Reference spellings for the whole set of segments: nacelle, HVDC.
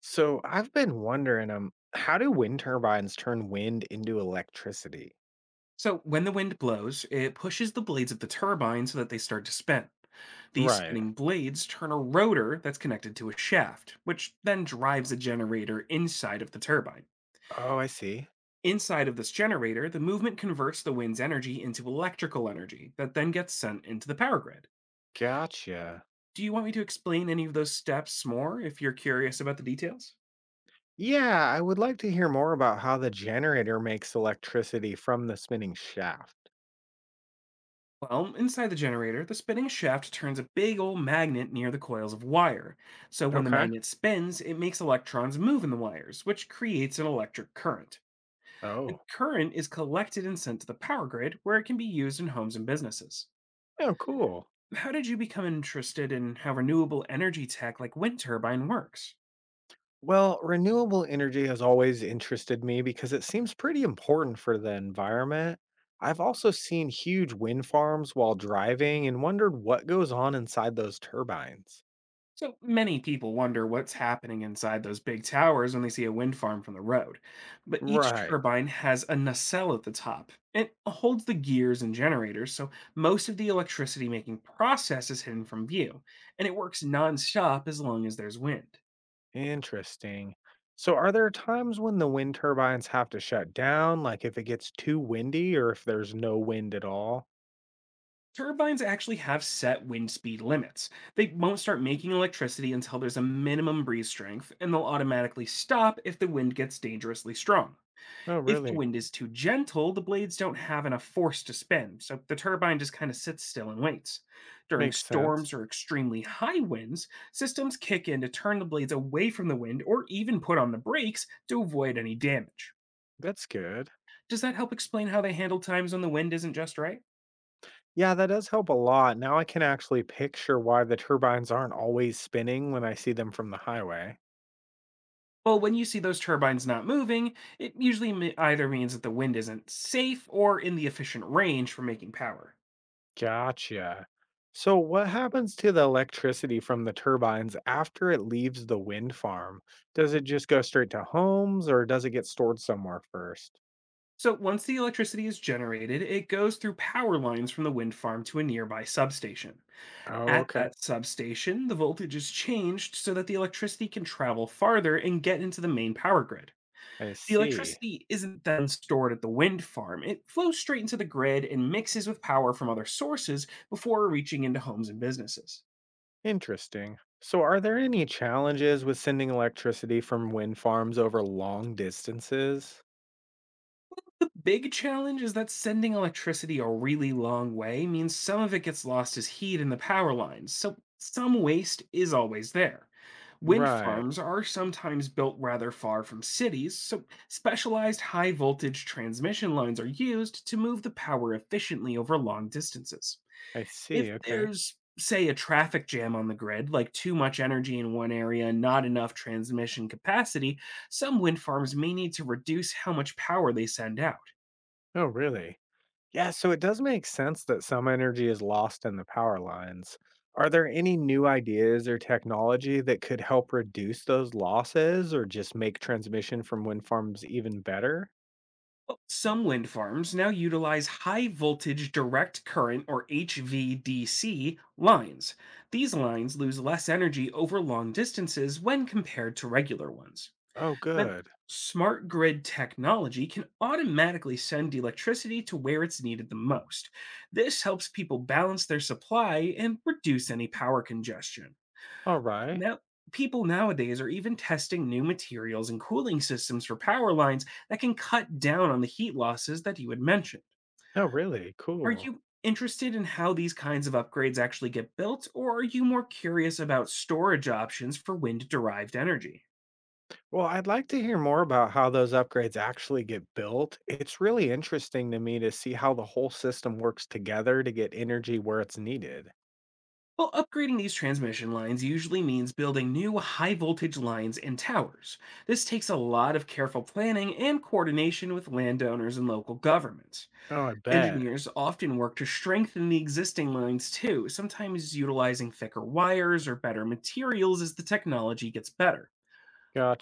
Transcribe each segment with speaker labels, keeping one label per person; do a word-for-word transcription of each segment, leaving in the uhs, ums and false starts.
Speaker 1: So I've been wondering, um, how do wind turbines turn wind into electricity?
Speaker 2: So, when the wind blows, it pushes the blades of the turbine so that they start to spin. These
Speaker 1: Right.
Speaker 2: spinning blades turn a rotor that's connected to a shaft, which then drives a generator inside of the turbine.
Speaker 1: Oh, I see.
Speaker 2: Inside of this generator, the movement converts the wind's energy into electrical energy that then gets sent into the power grid.
Speaker 1: Gotcha.
Speaker 2: Do you want me to explain any of those steps more if you're curious about the details?
Speaker 1: Yeah, I would like to hear more about how the generator makes electricity from the spinning shaft.
Speaker 2: Well, inside the generator, the spinning shaft turns a big old magnet near the coils of wire. So when the
Speaker 1: Okay.
Speaker 2: magnet spins, it makes electrons move in the wires, which creates an electric current. The
Speaker 1: Oh.
Speaker 2: current is collected and sent to the power grid, where it can be used in homes and businesses.
Speaker 1: Oh, cool.
Speaker 2: How did you become interested in how renewable energy tech like wind turbine works?
Speaker 1: Well, renewable energy has always interested me because it seems pretty important for the environment. I've also seen huge wind farms while driving and wondered what goes on inside those turbines.
Speaker 2: So many people wonder what's happening inside those big towers when they see a wind farm from the road. But each
Speaker 1: Right.
Speaker 2: turbine has a nacelle at the top. It holds the gears and generators, so most of the electricity making process is hidden from view, and it works nonstop as long as there's wind.
Speaker 1: Interesting. So, are there times when the wind turbines have to shut down, like if it gets too windy or if there's no wind at all?
Speaker 2: Turbines actually have set wind speed limits. They won't start making electricity until there's a minimum breeze strength, and they'll automatically stop if the wind gets dangerously strong.
Speaker 1: Oh,
Speaker 2: If the
Speaker 1: really?
Speaker 2: wind is too gentle, the blades don't have enough force to spin, so the turbine just kind of sits still and waits. During
Speaker 1: Makes sense.
Speaker 2: storms or extremely high winds, systems kick in to turn the blades away from the wind or even put on the brakes to avoid any damage.
Speaker 1: That's good.
Speaker 2: Does that help explain how they handle times when the wind isn't just right?
Speaker 1: Yeah, that does help a lot. Now I can actually picture why the turbines aren't always spinning when I see them from the highway.
Speaker 2: Well, when you see those turbines not moving, it usually me- either means that the wind isn't safe or in the efficient range for making power.
Speaker 1: Gotcha. So, what happens to the electricity from the turbines after it leaves the wind farm? Does it just go straight to homes or does it get stored somewhere first?
Speaker 2: So once the electricity is generated, it goes through power lines from the wind farm to a nearby substation.
Speaker 1: Oh,
Speaker 2: At
Speaker 1: okay.
Speaker 2: that substation, the voltage is changed so that the electricity can travel farther and get into the main power grid.
Speaker 1: I
Speaker 2: The
Speaker 1: see.
Speaker 2: electricity isn't then stored at the wind farm. It flows straight into the grid and mixes with power from other sources before reaching into homes and businesses.
Speaker 1: Interesting. So, are there any challenges with sending electricity from wind farms over long distances?
Speaker 2: Big challenge is that sending electricity a really long way means some of it gets lost as heat in the power lines, so some waste is always there. Wind
Speaker 1: Right.
Speaker 2: farms are sometimes built rather far from cities, so specialized high voltage transmission lines are used to move the power efficiently over long distances.
Speaker 1: I
Speaker 2: If
Speaker 1: see. Okay.
Speaker 2: there's, say, a traffic jam on the grid, like too much energy in one area and not enough transmission capacity, some wind farms may need to reduce how much power they send out.
Speaker 1: Oh, really? Yeah. So, it does make sense that some energy is lost in the power lines. Are there any new ideas or technology that could help reduce those losses or just make transmission from wind farms even better?
Speaker 2: Well, some wind farms now utilize high voltage direct current or H V D C lines. These lines lose less energy over long distances when compared to regular ones.
Speaker 1: Oh,
Speaker 2: Then,
Speaker 1: good.
Speaker 2: smart grid technology can automatically send electricity to where it's needed the most. This helps people balance their supply and reduce any power congestion.
Speaker 1: All right.
Speaker 2: Now, people nowadays are even testing new materials and cooling systems for power lines that can cut down on the heat losses that you had mentioned.
Speaker 1: Oh, really?
Speaker 2: Are
Speaker 1: Cool.
Speaker 2: you interested in how these kinds of upgrades actually get built, or are you more curious about storage options? For wind derived energy?
Speaker 1: Well, I'd like to hear more about how those upgrades actually get built. It's really interesting to me to see how the whole system works together to get energy where it's needed.
Speaker 2: Well, upgrading these transmission lines usually means building new high voltage lines and towers. This takes a lot of careful planning and coordination with landowners and local governments.
Speaker 1: Oh, I bet.
Speaker 2: Engineers often work to strengthen the existing lines too, sometimes utilizing thicker wires or better materials as the technology gets better.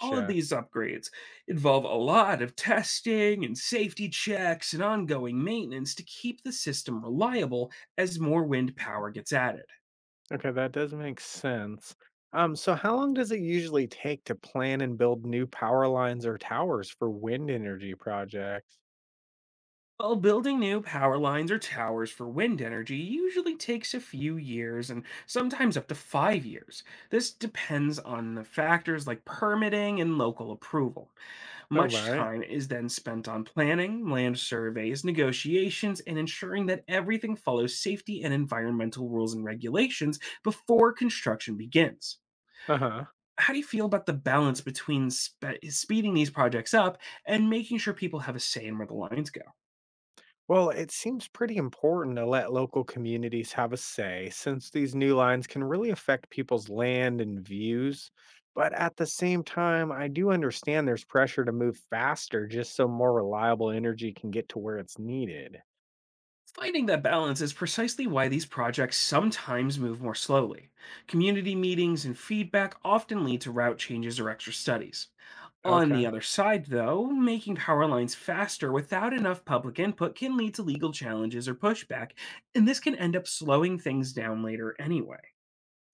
Speaker 2: All of these upgrades involve a lot of testing and safety checks and ongoing maintenance to keep the system reliable as more wind power gets added.
Speaker 1: Okay, that does make sense. Um, so how long does it usually take to plan and build new power lines or towers for wind energy projects?
Speaker 2: While building new power lines or towers for wind energy usually takes a few years, and sometimes up to five years. This depends on the factors like permitting and local approval.
Speaker 1: All
Speaker 2: Much
Speaker 1: right.
Speaker 2: time is then spent on planning, land surveys, negotiations, and ensuring that everything follows safety and environmental rules and regulations before construction begins.
Speaker 1: Uh-huh.
Speaker 2: How do you feel about the balance between spe- speeding these projects up and making sure people have a say in where the lines go?
Speaker 1: Well, it seems pretty important to let local communities have a say since these new lines can really affect people's land and views. But at the same time, I do understand there's pressure to move faster just so more reliable energy can get to where it's needed.
Speaker 2: Finding that balance is precisely why these projects sometimes move more slowly. Community meetings and feedback often lead to route changes or extra studies. On the
Speaker 1: Okay.
Speaker 2: other side, though, making power lines faster without enough public input can lead to legal challenges or pushback, and this can end up slowing things down later anyway.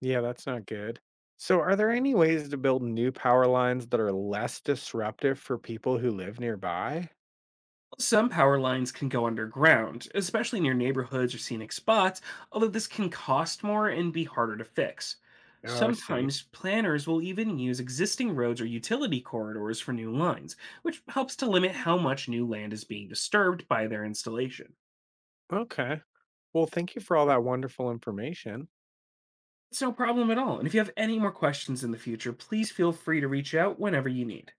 Speaker 1: Yeah, that's not good. So, are there any ways to build new power lines that are less disruptive for people who live nearby?
Speaker 2: Some power lines can go underground, especially near neighborhoods or scenic spots, although this can cost more and be harder to fix.
Speaker 1: Oh, I see.
Speaker 2: Sometimes planners will even use existing roads or utility corridors for new lines, which helps to limit how much new land is being disturbed by their installation.
Speaker 1: Okay. Well, thank you for all that wonderful information.
Speaker 2: It's no problem at all. And if you have any more questions in the future, please feel free to reach out whenever you need.